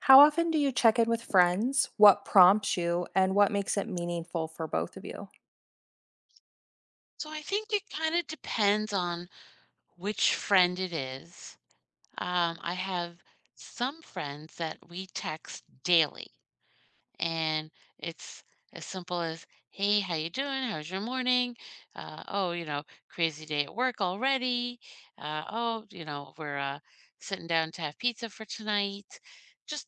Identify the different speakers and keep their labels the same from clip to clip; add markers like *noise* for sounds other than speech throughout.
Speaker 1: How often do you check in with friends? What prompts you and what makes it meaningful for both of you?
Speaker 2: So I think it kind of depends on which friend it is. I have some friends that we text daily, and it's as simple as, "Hey, how you doing? How's your morning? Oh, you know, crazy day at work already. Oh, you know, we're sitting down to have pizza for tonight." Just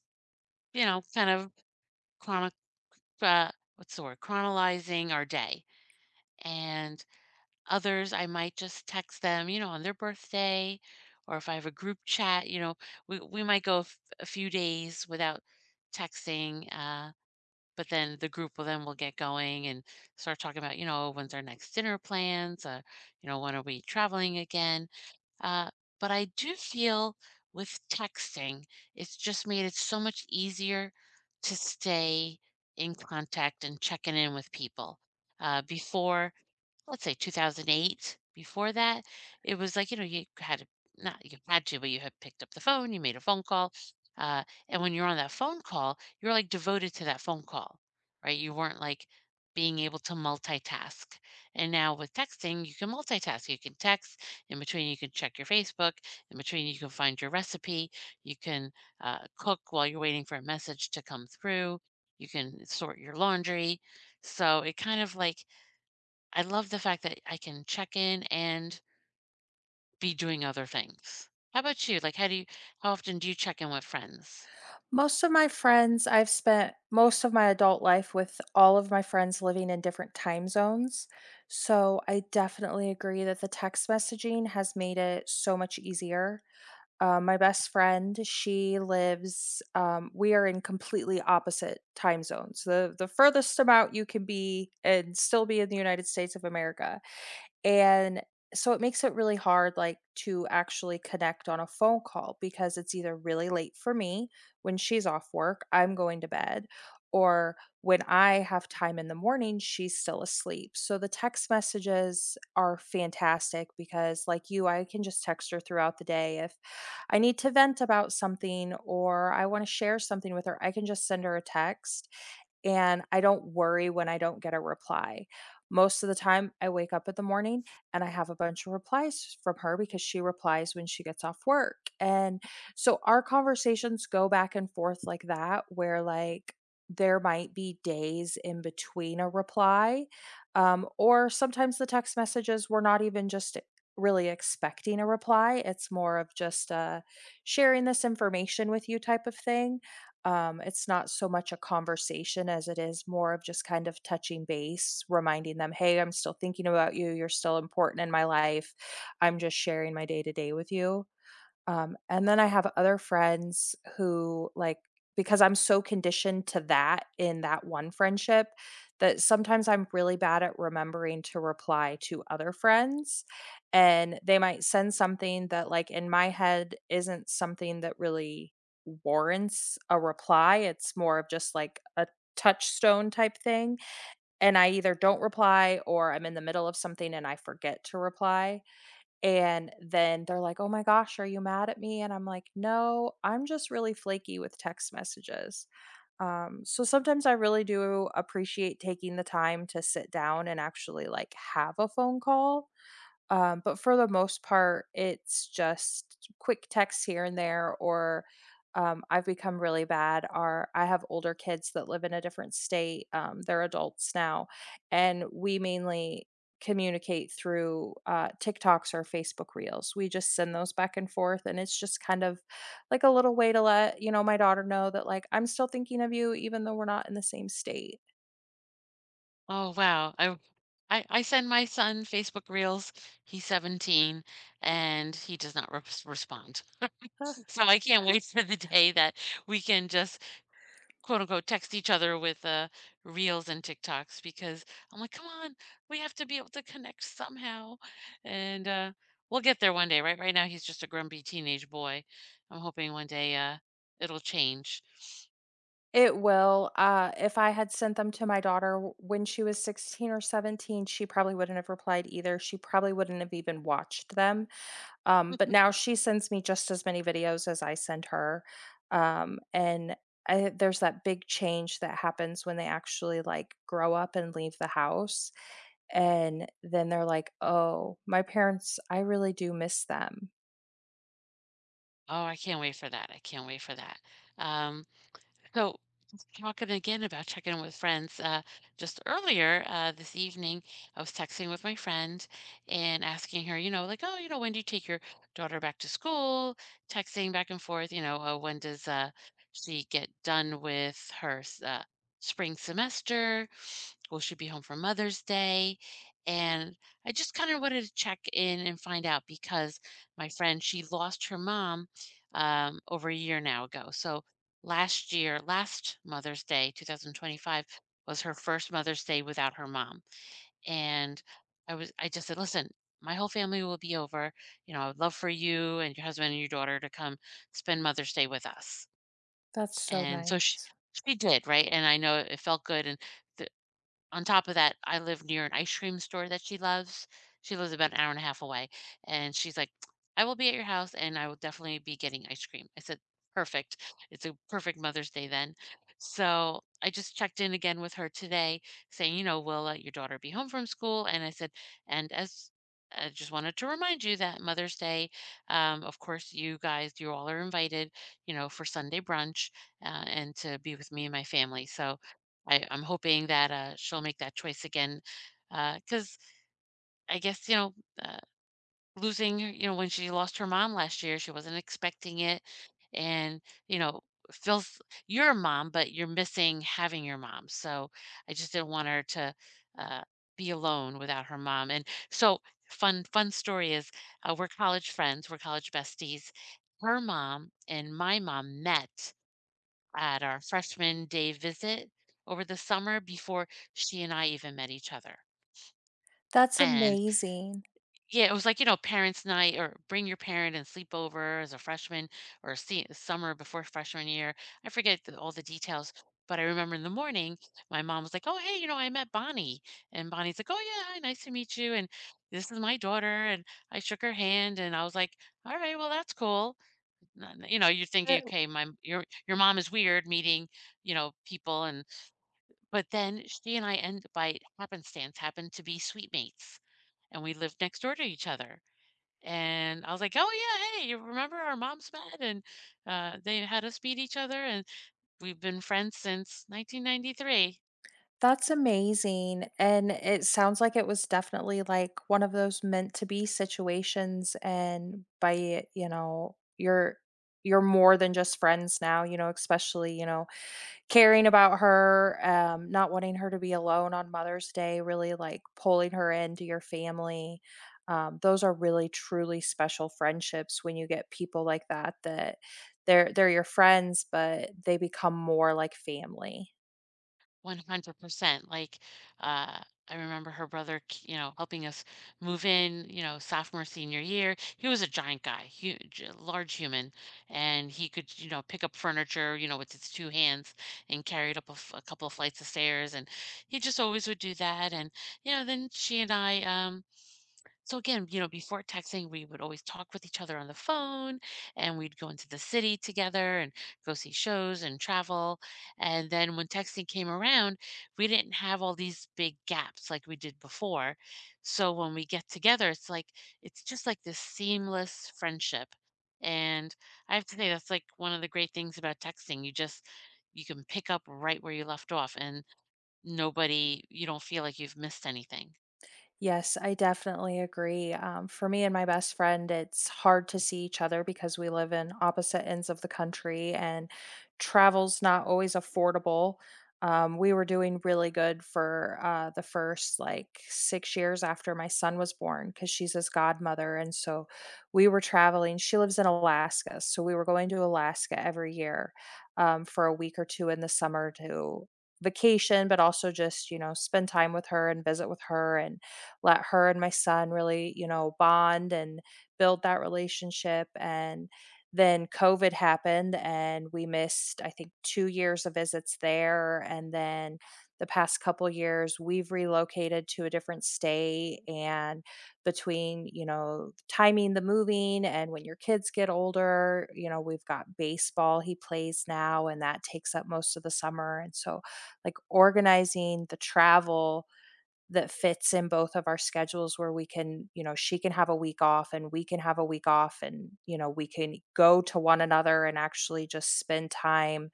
Speaker 2: you know, kind of chronic. Uh, what's the word? Chronalizing our day, and others, I might just text them, you know, on their birthday, or if I have a group chat, you know, we might go a few days without texting, but then the group will get going and start talking about, you know, when's our next dinner plans, you know, when are we traveling again? Uh, but I do feel with texting, it's just made it so much easier to stay in contact and checking in with people. Before, let's say 2008. Before that, it was like, you know, not you had to, but you had picked up the phone, you made a phone call. And when you're on that phone call, you're like devoted to that phone call, right? You weren't like being able to multitask. And now with texting, you can multitask. You can text, in between, you can check your Facebook, in between, you can find your recipe, you can cook while you're waiting for a message to come through, you can sort your laundry. So it kind of like, I love the fact that I can check in and be doing other things. How about you? Like, how often do you check in with friends?
Speaker 1: Most of my friends, I've spent most of my adult life with all of my friends living in different time zones. So I definitely agree that the text messaging has made it so much easier. My best friend, we are in completely opposite time zones. The furthest amount you can be and still be in the United States of America. And so it makes it really hard, like, to actually connect on a phone call because it's either really late for me when she's off work, I'm going to bed, or when I have time in the morning, she's still asleep. So the text messages are fantastic because, like you, I can just text her throughout the day if I need to vent about something or I want to share something with her. I can just send her a text and I don't worry when I don't get a reply. Most of the time, I wake up in the morning and I have a bunch of replies from her because she replies when she gets off work. And so our conversations go back and forth like that, where, like, there might be days in between a reply. Or sometimes the text messages, we're not even just really expecting a reply. It's more of just sharing this information with you type of thing. It's not so much a conversation as it is more of just kind of touching base, reminding them, "Hey, I'm still thinking about you. You're still important in my life. I'm just sharing my day to day with you." And then I have other friends who, like, because I'm so conditioned to that in that one friendship, that sometimes I'm really bad at remembering to reply to other friends, and they might send something that, like, in my head isn't something that really warrants a reply. It's more of just like a touchstone type thing, and I either don't reply or I'm in the middle of something and I forget to reply, and then they're like, "Oh my gosh, are you mad at me?" And I'm like, "No, I'm just really flaky with text messages." So sometimes I really do appreciate taking the time to sit down and actually, like, have a phone call, but for the most part, it's just quick texts here and there, or I've become really bad. Are I have older kids that live in a different state. They're adults now, and we mainly communicate through TikToks or Facebook Reels. We just send those back and forth, and it's just kind of like a little way to let you know my daughter know that, like, I'm still thinking of you, even though we're not in the same state.
Speaker 2: Oh, wow. I send my son Facebook Reels. He's 17 and he does not respond. *laughs* So I can't wait for the day that we can just quote unquote text each other with reels and TikToks because I'm like, come on, we have to be able to connect somehow. And we'll get there one day, right? Right now he's just a grumpy teenage boy. I'm hoping one day it'll change.
Speaker 1: It will. If I had sent them to my daughter w when she was 16 or 17, she probably wouldn't have replied either. She probably wouldn't have even watched them, but now she sends me just as many videos as I send her, and I there's that big change that happens when they actually, like, grow up and leave the house, and then they're like, "Oh, my parents, I really do miss them."
Speaker 2: Oh, I can't wait for that. I can't wait for that. Um, so, talking again about checking in with friends, just earlier this evening, I was texting with my friend and asking her, you know, like, oh, you know, when do you take your daughter back to school? Texting back and forth, you know, when does she get done with her spring semester? Will she be home for Mother's Day? And I just kind of wanted to check in and find out because my friend, she lost her mom over a year now ago. So, last year, last Mother's Day, 2025, was her first Mother's Day without her mom, and I just said, "Listen, my whole family will be over, you know, I would love for you and your husband and your daughter to come spend Mother's Day with us."
Speaker 1: That's so
Speaker 2: And so
Speaker 1: nice.
Speaker 2: she did, right? And I know it felt good, and the on top of that, I live near an ice cream store that she loves. She lives about an hour and a half away, and she's like, "I will be at your house, and I will definitely be getting ice cream." I said, "Perfect. It's a perfect Mother's Day then." So I just checked in again with her today, saying, "You know, will let your daughter be home from school?" And I said, "And as I just wanted to remind you that Mother's Day, of course, you guys, you all are invited, you know, for Sunday brunch and to be with me and my family. So I'm hoping that she'll make that choice again. Because I guess, you know, uh, losing, you know, when she lost her mom last year, she wasn't expecting it. And, you know, feels you're a mom, but you're missing having your mom. So I just didn't want her to uh, be alone without her mom. And so, fun, fun story is we're college friends, we're college besties. Her mom and my mom met at our freshman day visit over the summer before she and I even met each other.
Speaker 1: That's
Speaker 2: And
Speaker 1: amazing.
Speaker 2: yeah, it was like, you know, parents' night or bring your parent and sleep over as a freshman or see, summer before freshman year. I forget all the details, but I remember in the morning, my mom was like, oh, hey, you know, I met Bonnie. And Bonnie's like, oh, yeah, hi, nice to meet you. And this is my daughter. And I shook her hand and I was like, all right, well, that's cool. You know, you're thinking, okay, my your mom is weird meeting, you know, people and but then she and I end by happenstance happened to be suite mates, and we lived next door to each other. And I was like, "Oh yeah, hey, you remember our moms met and they had us meet each other, and we've been friends since 1993."
Speaker 1: That's amazing, and it sounds like it was definitely, like, one of those meant to be situations, and by, it, you know, you're more than just friends now, you know, especially, you know, caring about her, not wanting her to be alone on Mother's Day, really, like, pulling her into your family. Those are really truly special friendships when you get people like that, that they're your friends, but they become more like family.
Speaker 2: 100%. Like, uh, I remember her brother, you know, helping us move in, you know, sophomore, senior year. He was a giant guy, huge, a large human, and he could, you know, pick up furniture, you know, with his two hands and carry it up a couple of flights of stairs. And he just always would do that. And, you know, then she and I, so again, you know, before texting, we would always talk with each other on the phone and we'd go into the city together and go see shows and travel. And then when texting came around, we didn't have all these big gaps like we did before. So when we get together, it's like it's just like this seamless friendship. And I have to say that's like one of the great things about texting. You can pick up right where you left off and nobody you don't feel like you've missed anything.
Speaker 1: Yes, I definitely agree. For me and my best friend, it's hard to see each other because we live in opposite ends of the country and travel's not always affordable. We were doing really good for the first like 6 years after my son was born because she's his godmother. And so we were traveling. She lives in Alaska. So we were going to Alaska every year for a week or two in the summer to vacation, but also just, you know, spend time with her and visit with her and let her and my son really, you know, bond and build that relationship. And then COVID happened and we missed, I think, 2 years of visits there. And then the past couple years, we've relocated to a different state. And between, you know, timing the moving and when your kids get older, you know, we've got baseball he plays now, and that takes up most of the summer. And so, like, organizing the travel that fits in both of our schedules where we can, you know, she can have a week off and we can have a week off and, you know, we can go to one another and actually just spend time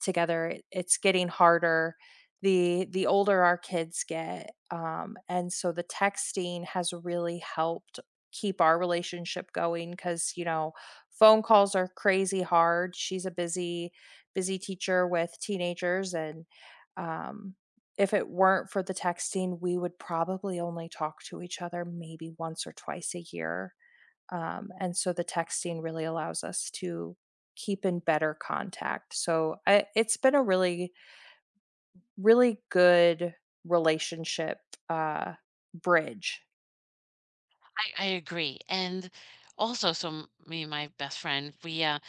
Speaker 1: together. It's getting harder, the older our kids get, and so the texting has really helped keep our relationship going. Because, you know, phone calls are crazy hard. She's a busy busy teacher with teenagers and, um, if it weren't for the texting, we would probably only talk to each other maybe once or twice a year. And so the texting really allows us to keep in better contact. So it's been a really, really good relationship uh, bridge.
Speaker 2: I agree, and also, so m me and my best friend,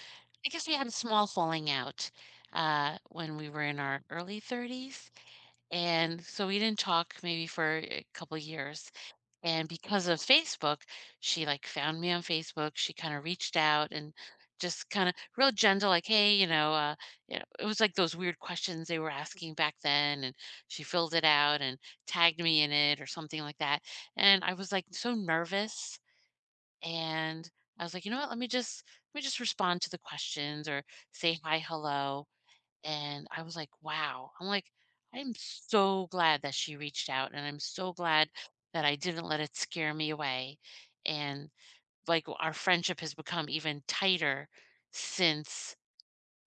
Speaker 2: I guess we had a small falling out, when we were in our early 30s, and so we didn't talk maybe for a couple years, and because of Facebook, she, like, found me on Facebook, she kinda reached out and just kinda real gentle, like, "Hey," you know, it was like those weird questions they were asking back then, and she filled it out and tagged me in it or something like that, and I was, like, so nervous and I was like, you know what? Let me just respond to the questions or say hi, hello. And I was like, wow. I'm so glad that she reached out, and I'm so glad that I didn't let it scare me away. And like our friendship has become even tighter since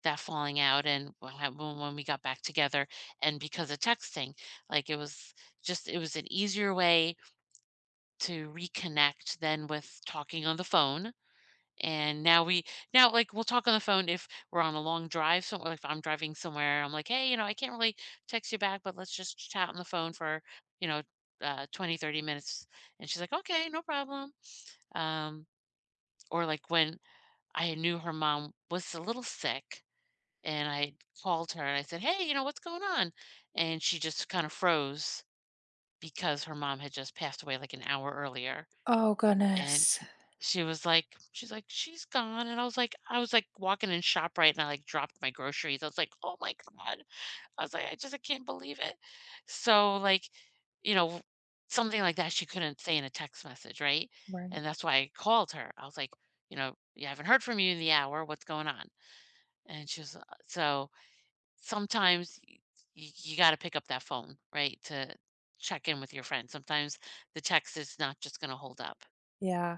Speaker 2: that falling out and when we got back together and because of texting like it was just it was an easier way to reconnect than with talking on the phone and now, like, we'll talk on the phone if we're on a long drive somewhere, if I'm driving somewhere, I'm like, "Hey, you know, I can't really text you back, but let's just chat on the phone for, you know, 20, 30 minutes." And she's like, "Okay, no problem." Um, or like when I knew her mom was a little sick and I called her and I said, "Hey, you know, what's going on?" And she just kind of froze because her mom had just passed away like an hour earlier.
Speaker 1: Oh,
Speaker 2: And
Speaker 1: goodness.
Speaker 2: She's like, "She's gone," and I was, like, walking in ShopRite, and I, like, dropped my groceries. I was like, "Oh my god." I was like, I can't believe it." So, like, you know, something like that she couldn't say in a text message, right?
Speaker 1: Right.
Speaker 2: And that's why I called her. I was like, you know, you haven't heard from you in the hour. What's going on?" And she was, so sometimes y y you gotta pick up that phone, right, to check in with your friend. Sometimes the text is not just gonna hold up.
Speaker 1: Yeah.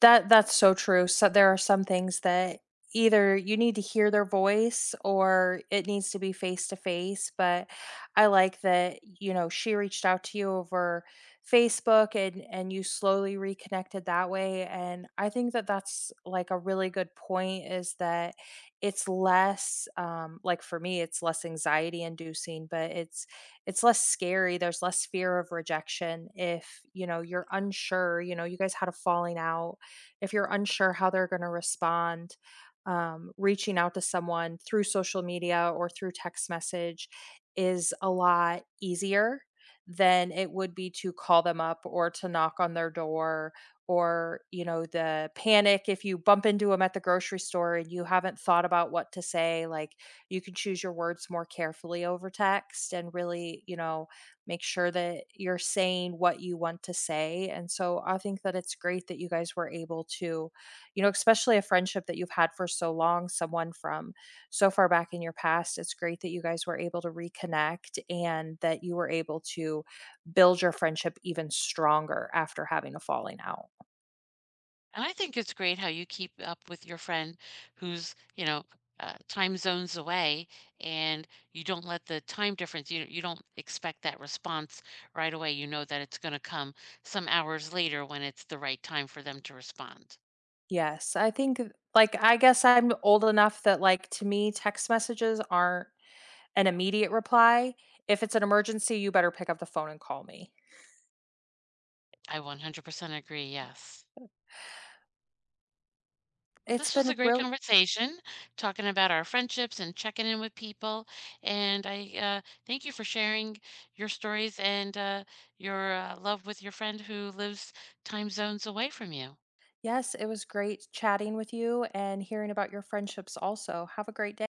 Speaker 1: That's so true. So there are some things that either you need to hear their voice or it needs to be face to face, but I like that, you know, she reached out to you over Facebook, and you slowly reconnected that way. And I think that that's, like, a really good point, is that it's less like, for me, it's less anxiety inducing, but it's less scary. There's less fear of rejection, if, you know, you're unsure, you know, you guys had a falling out, if you're unsure how they're going to respond, reaching out to someone through social media or through text message is a lot easier than it would be to call them up or to knock on their door, or, you know, the panic if you bump into them at the grocery store and you haven't thought about what to say. Like, you can choose your words more carefully over text and really, you know, make sure that you're saying what you want to say. And so I think that it's great that you guys were able to, you know, especially a friendship that you've had for so long, someone from so far back in your past, it's great that you guys were able to reconnect and that you were able to build your friendship even stronger after having a falling out.
Speaker 2: And I think it's great how you keep up with your friend who's, you know, time zones away and you don't let the time difference, you don't expect that response right away. You know that it's going to come some hours later when it's the right time for them to respond.
Speaker 1: Yes, I think, like, I guess I'm old enough that, like, to me, text messages aren't an immediate reply. If it's an emergency, you better pick up the phone and call me.
Speaker 2: I 100% agree. Yes. Well,
Speaker 1: It's
Speaker 2: this was a
Speaker 1: been
Speaker 2: great
Speaker 1: real.
Speaker 2: conversation, talking about our friendships and checking in with people. And I thank you for sharing your stories and your love with your friend who lives time zones away from you.
Speaker 1: Yes, it was great chatting with you and hearing about your friendships also. Have a great day.